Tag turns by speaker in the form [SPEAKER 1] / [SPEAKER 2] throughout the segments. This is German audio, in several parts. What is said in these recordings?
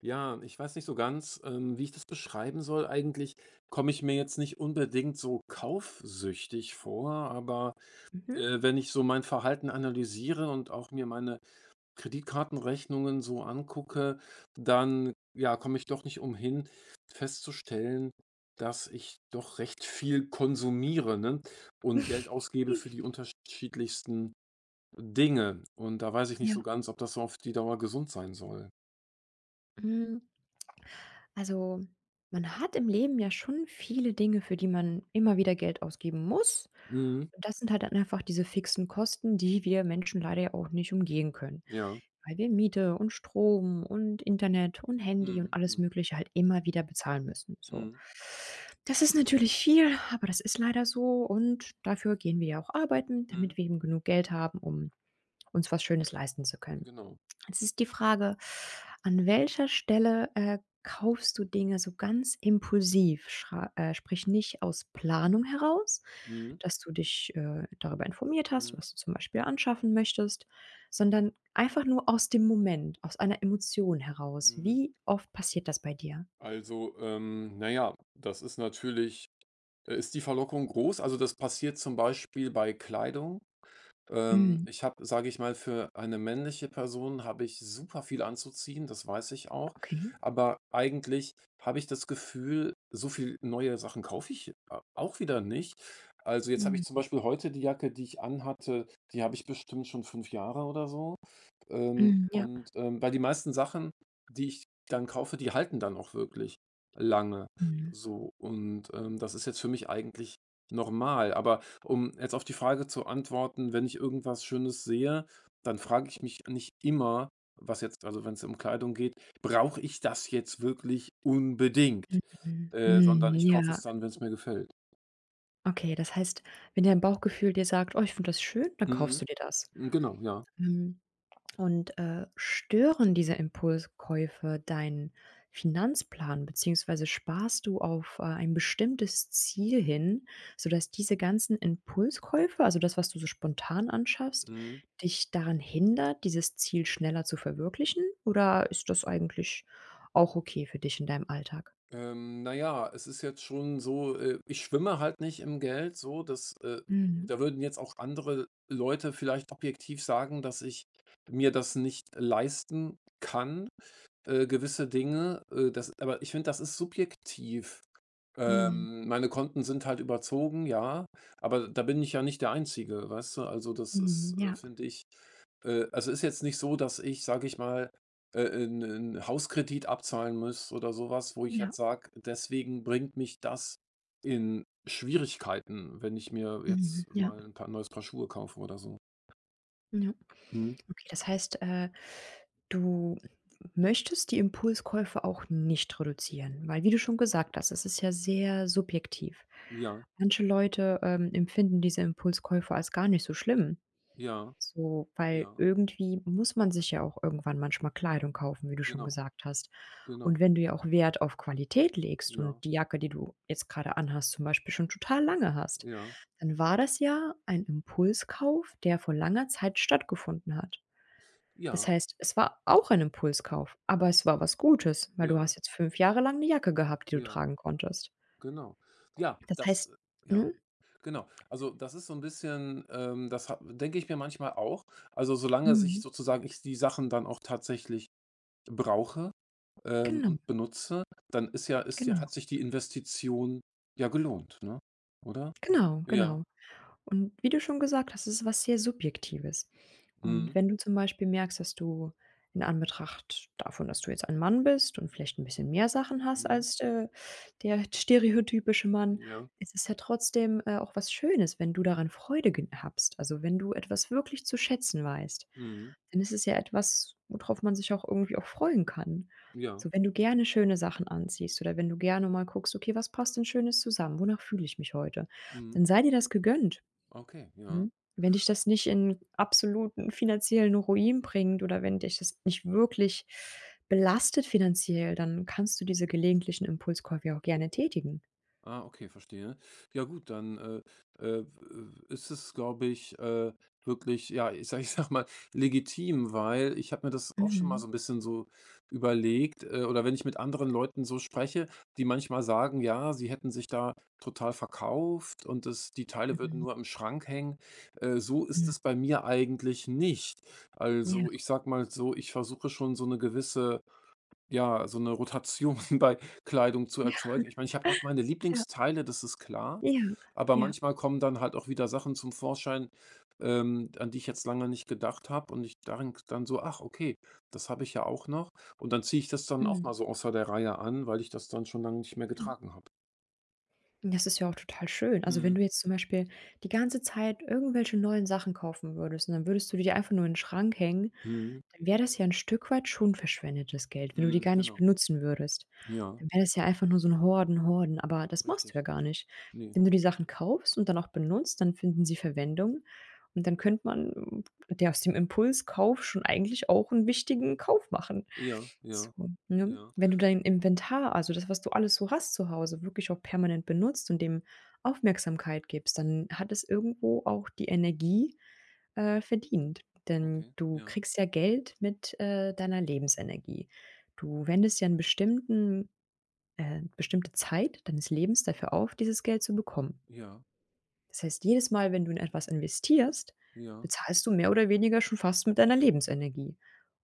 [SPEAKER 1] Ja, ich weiß nicht so ganz, wie ich das beschreiben soll. Eigentlich komme ich mir jetzt nicht unbedingt so kaufsüchtig vor, aber,
[SPEAKER 2] Mhm.
[SPEAKER 1] wenn ich so mein Verhalten analysiere und auch mir meine Kreditkartenrechnungen so angucke, dann, ja, komme ich doch nicht umhin, festzustellen, dass ich doch recht viel konsumiere, ne, und Geld ausgebe für die unterschiedlichsten Dinge. Und da weiß ich nicht
[SPEAKER 2] Ja.
[SPEAKER 1] so ganz, ob das so auf die Dauer gesund sein soll.
[SPEAKER 2] Hm, also, man hat im Leben ja schon viele Dinge, für die man immer wieder Geld ausgeben muss.
[SPEAKER 1] Mhm,
[SPEAKER 2] Und das sind halt dann einfach diese fixen Kosten, die wir Menschen leider ja auch nicht umgehen können,
[SPEAKER 1] ja.
[SPEAKER 2] weil wir Miete und Strom und Internet und Handy und
[SPEAKER 1] Mhm,
[SPEAKER 2] alles
[SPEAKER 1] mhm,
[SPEAKER 2] Mögliche halt immer wieder bezahlen müssen, so.
[SPEAKER 1] mhm,
[SPEAKER 2] Das ist natürlich viel, aber das ist leider so und dafür gehen wir ja auch arbeiten,
[SPEAKER 1] mhm,
[SPEAKER 2] damit wir eben genug Geld haben, um uns was Schönes leisten zu können.
[SPEAKER 1] genau.
[SPEAKER 2] Jetzt ist die Frage, an welcher Stelle kaufst du Dinge so ganz impulsiv? Schra Sprich nicht aus Planung heraus,
[SPEAKER 1] Mhm,
[SPEAKER 2] dass du dich, darüber informiert hast,
[SPEAKER 1] mhm,
[SPEAKER 2] was du zum Beispiel anschaffen möchtest, sondern einfach nur aus dem Moment, aus einer Emotion heraus.
[SPEAKER 1] mhm.
[SPEAKER 2] Wie oft passiert das bei dir?
[SPEAKER 1] Also, na ja, das ist natürlich ist die Verlockung groß? Also, das passiert zum Beispiel bei Kleidung.
[SPEAKER 2] Mhm,
[SPEAKER 1] Ich habe, sage ich mal, für eine männliche Person habe ich super viel anzuziehen, das weiß ich auch.
[SPEAKER 2] okay.
[SPEAKER 1] Aber eigentlich habe ich das Gefühl, so viel neue Sachen kaufe ich a auch wieder nicht. Also, jetzt habe ich zum
[SPEAKER 2] Mhm.
[SPEAKER 1] Beispiel heute die Jacke, die ich anhatte, die habe ich bestimmt schon 5 Jahre oder so.
[SPEAKER 2] Mhm, ja.
[SPEAKER 1] Und, weil die meisten Sachen, die ich dann kaufe, die halten dann auch wirklich lange
[SPEAKER 2] Mhm,
[SPEAKER 1] so. Und, das ist jetzt für mich eigentlich normal. Aber um jetzt auf die Frage zu antworten, wenn ich irgendwas Schönes sehe, dann frage ich mich nicht immer, was jetzt, also wenn es um Kleidung geht: „Brauche ich das jetzt wirklich unbedingt?“
[SPEAKER 2] mhm,
[SPEAKER 1] Sondern ich
[SPEAKER 2] mhm,
[SPEAKER 1] kaufe es
[SPEAKER 2] ja.
[SPEAKER 1] dann, wenn es mir gefällt.
[SPEAKER 2] Okay, das heißt, wenn dein Bauchgefühl dir sagt: „Oh, ich finde das schön“, dann kaufst
[SPEAKER 1] Mhm.
[SPEAKER 2] du dir das.
[SPEAKER 1] Genau, ja.
[SPEAKER 2] Mhm. Und, stören diese Impulskäufe deinen Finanzplan, beziehungsweise sparst du auf ein bestimmtes Ziel hin, sodass diese ganzen Impulskäufe, also das, was du so spontan anschaffst,
[SPEAKER 1] Mhm.
[SPEAKER 2] dich daran hindert, dieses Ziel schneller zu verwirklichen? Oder ist das eigentlich auch okay für dich in deinem Alltag?
[SPEAKER 1] Na ja, es ist jetzt schon so, ich schwimme halt nicht im Geld so, dass
[SPEAKER 2] Mhm.
[SPEAKER 1] da würden jetzt auch andere Leute vielleicht objektiv sagen, dass ich mir das nicht leisten kann, gewisse Dinge, das, aber ich finde, das ist subjektiv.
[SPEAKER 2] Mhm.
[SPEAKER 1] Meine Konten sind halt überzogen, ja, aber da bin ich ja nicht der Einzige, weißt du? Also, das
[SPEAKER 2] Mhm.
[SPEAKER 1] ist,
[SPEAKER 2] Ja,
[SPEAKER 1] finde ich also, ist jetzt nicht so, dass ich, sage ich mal, 'n Hauskredit abzahlen muss oder sowas, wo ich
[SPEAKER 2] ja.
[SPEAKER 1] jetzt sage: „Deswegen bringt mich das in Schwierigkeiten, wenn ich mir
[SPEAKER 2] Mhm.
[SPEAKER 1] jetzt
[SPEAKER 2] Ja.
[SPEAKER 1] mal ein paar neues Paar Schuhe kaufe oder so.“
[SPEAKER 2] Ja.
[SPEAKER 1] Mhm.
[SPEAKER 2] Okay, das heißt, du möchtest die Impulskäufe auch nicht reduzieren, weil wie du schon gesagt hast, es ist ja sehr subjektiv.
[SPEAKER 1] Ja,
[SPEAKER 2] Manche Leute, empfinden diese Impulskäufe als gar nicht so schlimm.
[SPEAKER 1] ja,
[SPEAKER 2] So, weil
[SPEAKER 1] ja,
[SPEAKER 2] irgendwie muss man sich ja auch irgendwann manchmal Kleidung kaufen, wie du schon
[SPEAKER 1] genau,
[SPEAKER 2] gesagt hast.
[SPEAKER 1] genau.
[SPEAKER 2] Und wenn du ja auch Wert auf Qualität legst
[SPEAKER 1] Ja,
[SPEAKER 2] und die Jacke, die du jetzt gerade anhast, zum Beispiel schon total lange hast,
[SPEAKER 1] ja,
[SPEAKER 2] dann war das ja ein Impulskauf, der vor langer Zeit stattgefunden hat. Das
[SPEAKER 1] ja,
[SPEAKER 2] heißt, es war auch ein Impulskauf, aber es war was Gutes, weil du
[SPEAKER 1] ja,
[SPEAKER 2] hast jetzt 5 Jahre lang eine Jacke gehabt, die du
[SPEAKER 1] ja,
[SPEAKER 2] tragen konntest.
[SPEAKER 1] genau. Ja,
[SPEAKER 2] Das
[SPEAKER 1] das
[SPEAKER 2] heißt,
[SPEAKER 1] ja,
[SPEAKER 2] ne?
[SPEAKER 1] genau. Also, das ist so ein bisschen, das denke ich mir manchmal auch. Also, solange sich
[SPEAKER 2] Mhm.
[SPEAKER 1] sozusagen ich die Sachen dann auch tatsächlich brauche,
[SPEAKER 2] Genau,
[SPEAKER 1] und benutze, dann ist ja hat
[SPEAKER 2] genau,
[SPEAKER 1] sich die Investition ja gelohnt, ne? Oder?
[SPEAKER 2] genau,
[SPEAKER 1] Ja.
[SPEAKER 2] genau. Und wie du schon gesagt hast, es ist was sehr Subjektives. Und
[SPEAKER 1] Mhm.
[SPEAKER 2] wenn du zum Beispiel merkst, dass du in Anbetracht davon, dass du jetzt ein Mann bist und vielleicht ein bisschen mehr Sachen hast
[SPEAKER 1] Mhm.
[SPEAKER 2] als, der stereotypische Mann,
[SPEAKER 1] Ja.
[SPEAKER 2] ist ja trotzdem, auch was Schönes, wenn du daran Freude gen habst. Also, wenn du etwas wirklich zu schätzen weißt,
[SPEAKER 1] Mhm.
[SPEAKER 2] dann ist es ja etwas, worauf man sich auch irgendwie auch freuen kann.
[SPEAKER 1] Ja.
[SPEAKER 2] So, wenn du gerne schöne Sachen anziehst oder wenn du gerne mal guckst: „Okay, was passt denn Schönes zusammen? Wonach fühle ich mich heute?“
[SPEAKER 1] Mhm.
[SPEAKER 2] Dann sei dir das gegönnt.
[SPEAKER 1] Okay, ja.
[SPEAKER 2] Mhm. Wenn dich das nicht in absoluten finanziellen Ruin bringt oder wenn dich das nicht wirklich belastet finanziell, dann kannst du diese gelegentlichen Impulskäufe ja auch gerne tätigen.
[SPEAKER 1] Ah, okay, verstehe. Ja gut, dann, w ist es, glaube ich, wirklich, ja, ich sage mal, legitim, weil ich habe mir das auch schon mal
[SPEAKER 2] Mhm.
[SPEAKER 1] so ein bisschen so überlegt, oder wenn ich mit anderen Leuten so spreche, die manchmal sagen, ja, sie hätten sich da total verkauft und das die Teile würden
[SPEAKER 2] Mhm,
[SPEAKER 1] nur im Schrank hängen. So ist
[SPEAKER 2] mhm.
[SPEAKER 1] es bei mir eigentlich nicht.
[SPEAKER 2] Ja,
[SPEAKER 1] Also, ich sage mal so, ich versuche schon so eine gewisse, ja, so eine Rotation bei Kleidung zu
[SPEAKER 2] Ja.
[SPEAKER 1] erzeugen. Ich meine, ich habe auch meine
[SPEAKER 2] ja,
[SPEAKER 1] Lieblingsteile, das ist klar,
[SPEAKER 2] ja,
[SPEAKER 1] aber
[SPEAKER 2] ja.
[SPEAKER 1] manchmal kommen dann halt auch wieder Sachen zum Vorschein, an die ich jetzt lange nicht gedacht habe und ich denke dann so: „Ach, okay, das habe ich ja auch noch.“ Und dann ziehe ich das dann auch
[SPEAKER 2] Mhm.
[SPEAKER 1] mal so außer der Reihe an, weil ich das dann schon lange nicht mehr getragen habe.
[SPEAKER 2] Das ist ja auch total schön. Also, wenn
[SPEAKER 1] Mhm,
[SPEAKER 2] du jetzt zum Beispiel die ganze Zeit irgendwelche neuen Sachen kaufen würdest und dann würdest du die einfach nur in den Schrank hängen,
[SPEAKER 1] mhm,
[SPEAKER 2] dann wäre das ja ein Stück weit schon verschwendetes Geld, wenn du die
[SPEAKER 1] mhm,
[SPEAKER 2] gar nicht
[SPEAKER 1] genau.
[SPEAKER 2] benutzen würdest.
[SPEAKER 1] Ja,
[SPEAKER 2] Dann wäre das ja einfach nur so ein Horden, Horden, aber das machst du
[SPEAKER 1] richtig.
[SPEAKER 2] ja gar nicht.
[SPEAKER 1] Ne.
[SPEAKER 2] Wenn du die Sachen kaufst und dann auch benutzt, dann finden sie Verwendung und dann könnte man der aus dem Impulskauf schon eigentlich auch einen wichtigen Kauf machen.
[SPEAKER 1] Ja,
[SPEAKER 2] So,
[SPEAKER 1] ja,
[SPEAKER 2] ne?
[SPEAKER 1] ja.
[SPEAKER 2] Wenn du dein Inventar, also das, was du alles so hast zu Hause, wirklich auch permanent benutzt und dem Aufmerksamkeit gibst, dann hat es irgendwo auch die Energie verdient. Denn
[SPEAKER 1] Okay.
[SPEAKER 2] du
[SPEAKER 1] Ja,
[SPEAKER 2] kriegst ja Geld mit deiner Lebensenergie. Du wendest ja 'n bestimmte Zeit deines Lebens dafür auf, dieses Geld zu bekommen.
[SPEAKER 1] ja,
[SPEAKER 2] Das heißt, jedes Mal, wenn du in etwas investierst,
[SPEAKER 1] ja.
[SPEAKER 2] bezahlst du mehr oder weniger schon fast mit deiner Lebensenergie.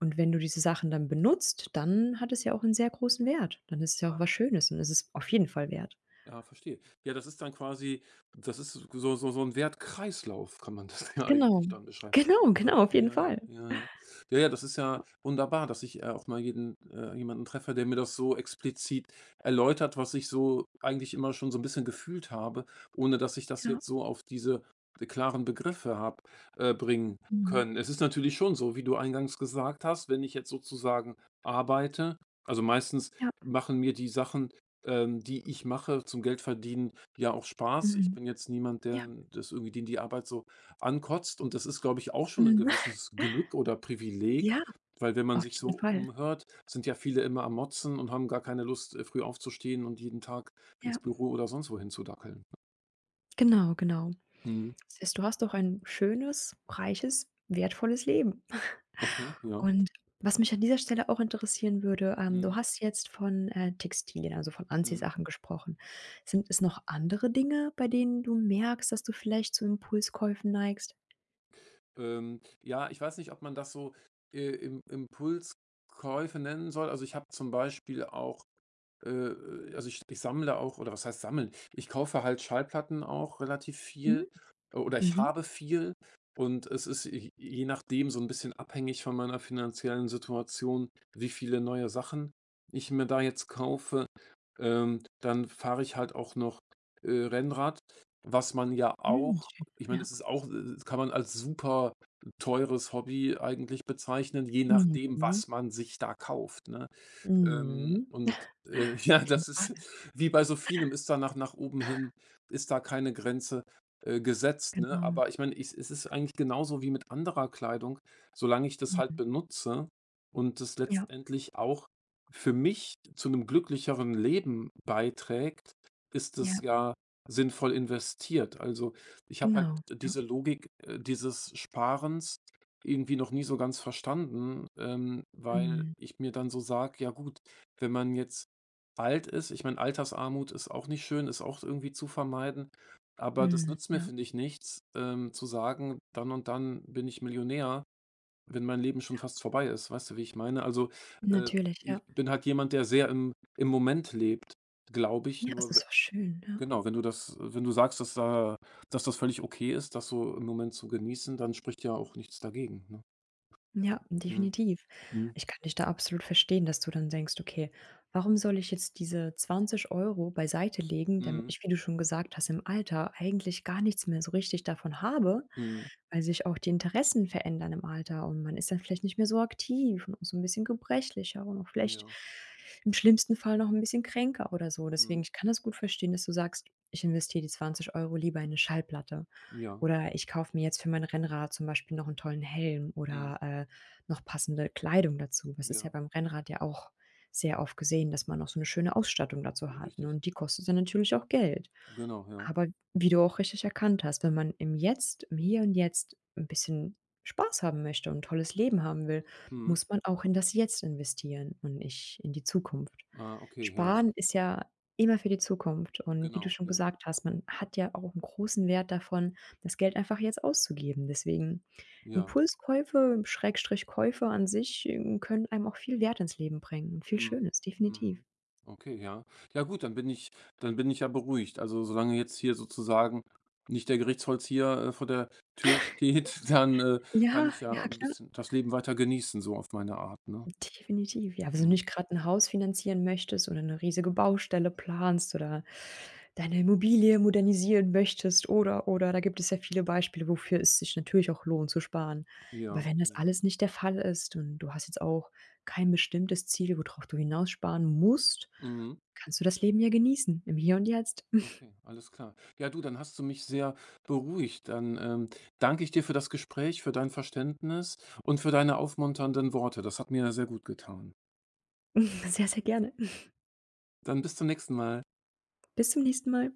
[SPEAKER 2] Und wenn du diese Sachen dann benutzt, dann hat es ja auch einen sehr großen Wert. Dann ist es ja auch
[SPEAKER 1] Ah.
[SPEAKER 2] was Schönes und es ist auf jeden Fall wert.
[SPEAKER 1] Ja, verstehe. Ja, das ist dann quasi, das ist so ein Wertkreislauf, kann man das ja eigentlich
[SPEAKER 2] Genau.
[SPEAKER 1] dann beschreiben.
[SPEAKER 2] Genau, genau, auf jeden
[SPEAKER 1] Ja, ja,
[SPEAKER 2] Fall.
[SPEAKER 1] ja, ja. Ja, ja, das ist ja wunderbar, dass ich, auch mal jeden jemanden treffe, der mir das so explizit erläutert, was ich so eigentlich immer schon so ein bisschen gefühlt habe, ohne dass ich das
[SPEAKER 2] Ja.
[SPEAKER 1] jetzt so auf diese klaren Begriffe habe, bringen
[SPEAKER 2] Mhm.
[SPEAKER 1] können. Es ist natürlich schon so, wie du eingangs gesagt hast, wenn ich jetzt sozusagen arbeite, also meistens
[SPEAKER 2] Ja.
[SPEAKER 1] machen mir die Sachen, die ich mache zum Geldverdienen, ja auch Spaß. Ich
[SPEAKER 2] Mhm.
[SPEAKER 1] bin jetzt niemand,
[SPEAKER 2] Ja.
[SPEAKER 1] der das irgendwie den die Arbeit so ankotzt. Und das ist, glaube ich, auch schon ein
[SPEAKER 2] Mhm.
[SPEAKER 1] gewisses Glück oder Privileg,
[SPEAKER 2] Ja.
[SPEAKER 1] weil wenn man
[SPEAKER 2] Auf
[SPEAKER 1] sich so
[SPEAKER 2] jeden Fall.
[SPEAKER 1] umhört, sind ja viele immer am Motzen und haben gar keine Lust, früh aufzustehen und jeden Tag ins
[SPEAKER 2] Ja.
[SPEAKER 1] Büro oder sonst wohin zu dackeln.
[SPEAKER 2] Genau, genau.
[SPEAKER 1] Mhm.
[SPEAKER 2] Das heißt, du hast doch ein schönes, reiches, wertvolles Leben.
[SPEAKER 1] Okay, ja.
[SPEAKER 2] Und was mich an dieser Stelle auch interessieren würde, du
[SPEAKER 1] Mhm,
[SPEAKER 2] hast jetzt von, Textilien, also von
[SPEAKER 1] mhm.
[SPEAKER 2] Anziehsachen gesprochen. Sind es noch andere Dinge, bei denen du merkst, dass du vielleicht zu Impulskäufen neigst?
[SPEAKER 1] Ja, ich weiß nicht, ob man das so, Im Impulskäufe nennen soll. Also, ich habe zum Beispiel auch also, ich sammle auch, oder was heißt sammeln? Ich kaufe halt Schallplatten auch relativ viel,
[SPEAKER 2] Mhm,
[SPEAKER 1] oder ich
[SPEAKER 2] mhm,
[SPEAKER 1] habe viel und es ist, j je nachdem, so ein bisschen abhängig von meiner finanziellen Situation, wie viele neue Sachen ich mir da jetzt kaufe. Dann fahre ich halt auch noch, Rennrad, was man ja
[SPEAKER 2] mhm,
[SPEAKER 1] auch,
[SPEAKER 2] schön,
[SPEAKER 1] ich meine,
[SPEAKER 2] ja.
[SPEAKER 1] es ist auch, kann man als super teures Hobby eigentlich bezeichnen, je nachdem,
[SPEAKER 2] Mhm,
[SPEAKER 1] was man sich da kauft, ne?
[SPEAKER 2] mhm.
[SPEAKER 1] Und, ja,
[SPEAKER 2] Auf jeden
[SPEAKER 1] das
[SPEAKER 2] Fall,
[SPEAKER 1] ist wie bei so vielem, ist da nach oben hin ist da keine Grenze, gesetzt, ne?
[SPEAKER 2] genau.
[SPEAKER 1] Aber ich meine, es ist eigentlich genauso wie mit anderer Kleidung, solange ich das halt
[SPEAKER 2] Mhm.
[SPEAKER 1] benutze und das
[SPEAKER 2] Ja,
[SPEAKER 1] letztendlich auch für mich zu einem glücklicheren Leben beiträgt, ist es
[SPEAKER 2] ja,
[SPEAKER 1] ja sinnvoll investiert. Also, ich habe halt
[SPEAKER 2] genau, ja.
[SPEAKER 1] diese Logik, dieses Sparens irgendwie noch nie so ganz verstanden, weil
[SPEAKER 2] Mhm,
[SPEAKER 1] ich mir dann so sage: „Ja gut, wenn man jetzt alt ist“, ich meine, Altersarmut ist auch nicht schön, ist auch irgendwie zu vermeiden, aber das
[SPEAKER 2] mhm,
[SPEAKER 1] nützt mir,
[SPEAKER 2] ja.
[SPEAKER 1] finde ich, nichts, zu sagen: „Dann und dann bin ich Millionär“, wenn mein Leben schon fast vorbei ist. Weißt du, wie ich meine? Also, äh,
[SPEAKER 2] Natürlich,
[SPEAKER 1] ich
[SPEAKER 2] ja.
[SPEAKER 1] bin halt jemand, der sehr im Moment lebt, glaube ich,
[SPEAKER 2] Ja, es
[SPEAKER 1] nur
[SPEAKER 2] ist
[SPEAKER 1] we
[SPEAKER 2] so schön, ja.
[SPEAKER 1] genau, wenn du sagst, dass da dass das völlig okay ist, das so im Moment zu genießen, dann spricht ja auch nichts dagegen, ne?
[SPEAKER 2] Ja,
[SPEAKER 1] Mhm.
[SPEAKER 2] definitiv.
[SPEAKER 1] Mhm.
[SPEAKER 2] Ich kann dich da absolut verstehen, dass du dann denkst: „Okay, warum soll ich jetzt diese 20 Euro beiseite legen, damit
[SPEAKER 1] Mhm.
[SPEAKER 2] ich, wie du schon gesagt hast, im Alter eigentlich gar nichts mehr so richtig davon habe?“
[SPEAKER 1] Mhm.
[SPEAKER 2] Weil sich auch die Interessen verändern im Alter und man ist dann vielleicht nicht mehr so aktiv und auch so ein bisschen gebrechlicher und auch vielleicht
[SPEAKER 1] Ja.
[SPEAKER 2] im schlimmsten Fall noch ein bisschen kränker oder so. Deswegen,
[SPEAKER 1] Mhm.
[SPEAKER 2] ich kann das gut verstehen, dass du sagst: „Ich investiere die 20 Euro lieber in 'ne Schallplatte“
[SPEAKER 1] Ja.
[SPEAKER 2] oder „ich kaufe mir jetzt für mein Rennrad zum Beispiel noch einen tollen Helm
[SPEAKER 1] Mhm.
[SPEAKER 2] oder noch passende Kleidung dazu.“ Das ist ja
[SPEAKER 1] Ja.
[SPEAKER 2] beim Rennrad ja auch sehr oft gesehen, dass man noch so eine schöne Ausstattung dazu hat, ne,
[SPEAKER 1] Richtig.
[SPEAKER 2] und die kostet dann natürlich auch Geld.
[SPEAKER 1] Genau, ja.
[SPEAKER 2] Aber wie du auch richtig erkannt hast, wenn man im Jetzt im Hier und Jetzt ein bisschen Spaß haben möchte und 'n tolles Leben haben will,
[SPEAKER 1] Mhm.
[SPEAKER 2] muss man auch in das Jetzt investieren und nicht in die Zukunft.
[SPEAKER 1] Ah, okay, ja.
[SPEAKER 2] Sparen ist ja immer für die Zukunft und wie du
[SPEAKER 1] Genau,
[SPEAKER 2] schon
[SPEAKER 1] ja.
[SPEAKER 2] gesagt hast, man hat ja auch einen großen Wert davon, das Geld einfach jetzt auszugeben. Deswegen
[SPEAKER 1] Ja.
[SPEAKER 2] Impulskäufe, Schrägstrich Käufe an sich, können einem auch viel Wert ins Leben bringen und viel
[SPEAKER 1] Mhm.
[SPEAKER 2] Schönes, definitiv.
[SPEAKER 1] Mhm. Okay, ja. Ja gut, dann bin ich ja beruhigt. Also, solange jetzt hier sozusagen nicht der Gerichtsvollzieher, vor der Tür steht, dann, kann
[SPEAKER 2] Ja,
[SPEAKER 1] ich ja
[SPEAKER 2] ja
[SPEAKER 1] ein
[SPEAKER 2] klar.
[SPEAKER 1] bisschen das Leben weiter genießen, so auf meine Art, ne?
[SPEAKER 2] Definitiv, ja. Wenn du
[SPEAKER 1] Mhm.
[SPEAKER 2] nicht gerade ein Haus finanzieren möchtest oder eine riesige Baustelle planst oder deine Immobilie modernisieren möchtest oder, oder. Da gibt es ja viele Beispiele, wofür es sich natürlich auch lohnt zu sparen. Aber
[SPEAKER 1] Ja,
[SPEAKER 2] wenn das
[SPEAKER 1] ja.
[SPEAKER 2] alles nicht der Fall ist und du hast jetzt auch kein bestimmtes Ziel, worauf du hinaus sparen musst,
[SPEAKER 1] Mhm.
[SPEAKER 2] kannst du das Leben ja genießen, im Hier und Jetzt.
[SPEAKER 1] Okay, alles klar. Ja, du, dann hast du mich sehr beruhigt. Dann danke ich dir für das Gespräch, für dein Verständnis und für deine aufmunternden Worte. Das hat mir sehr gut getan.
[SPEAKER 2] Sehr, sehr gerne.
[SPEAKER 1] Dann bis zum nächsten Mal.
[SPEAKER 2] Bis zum nächsten Mal.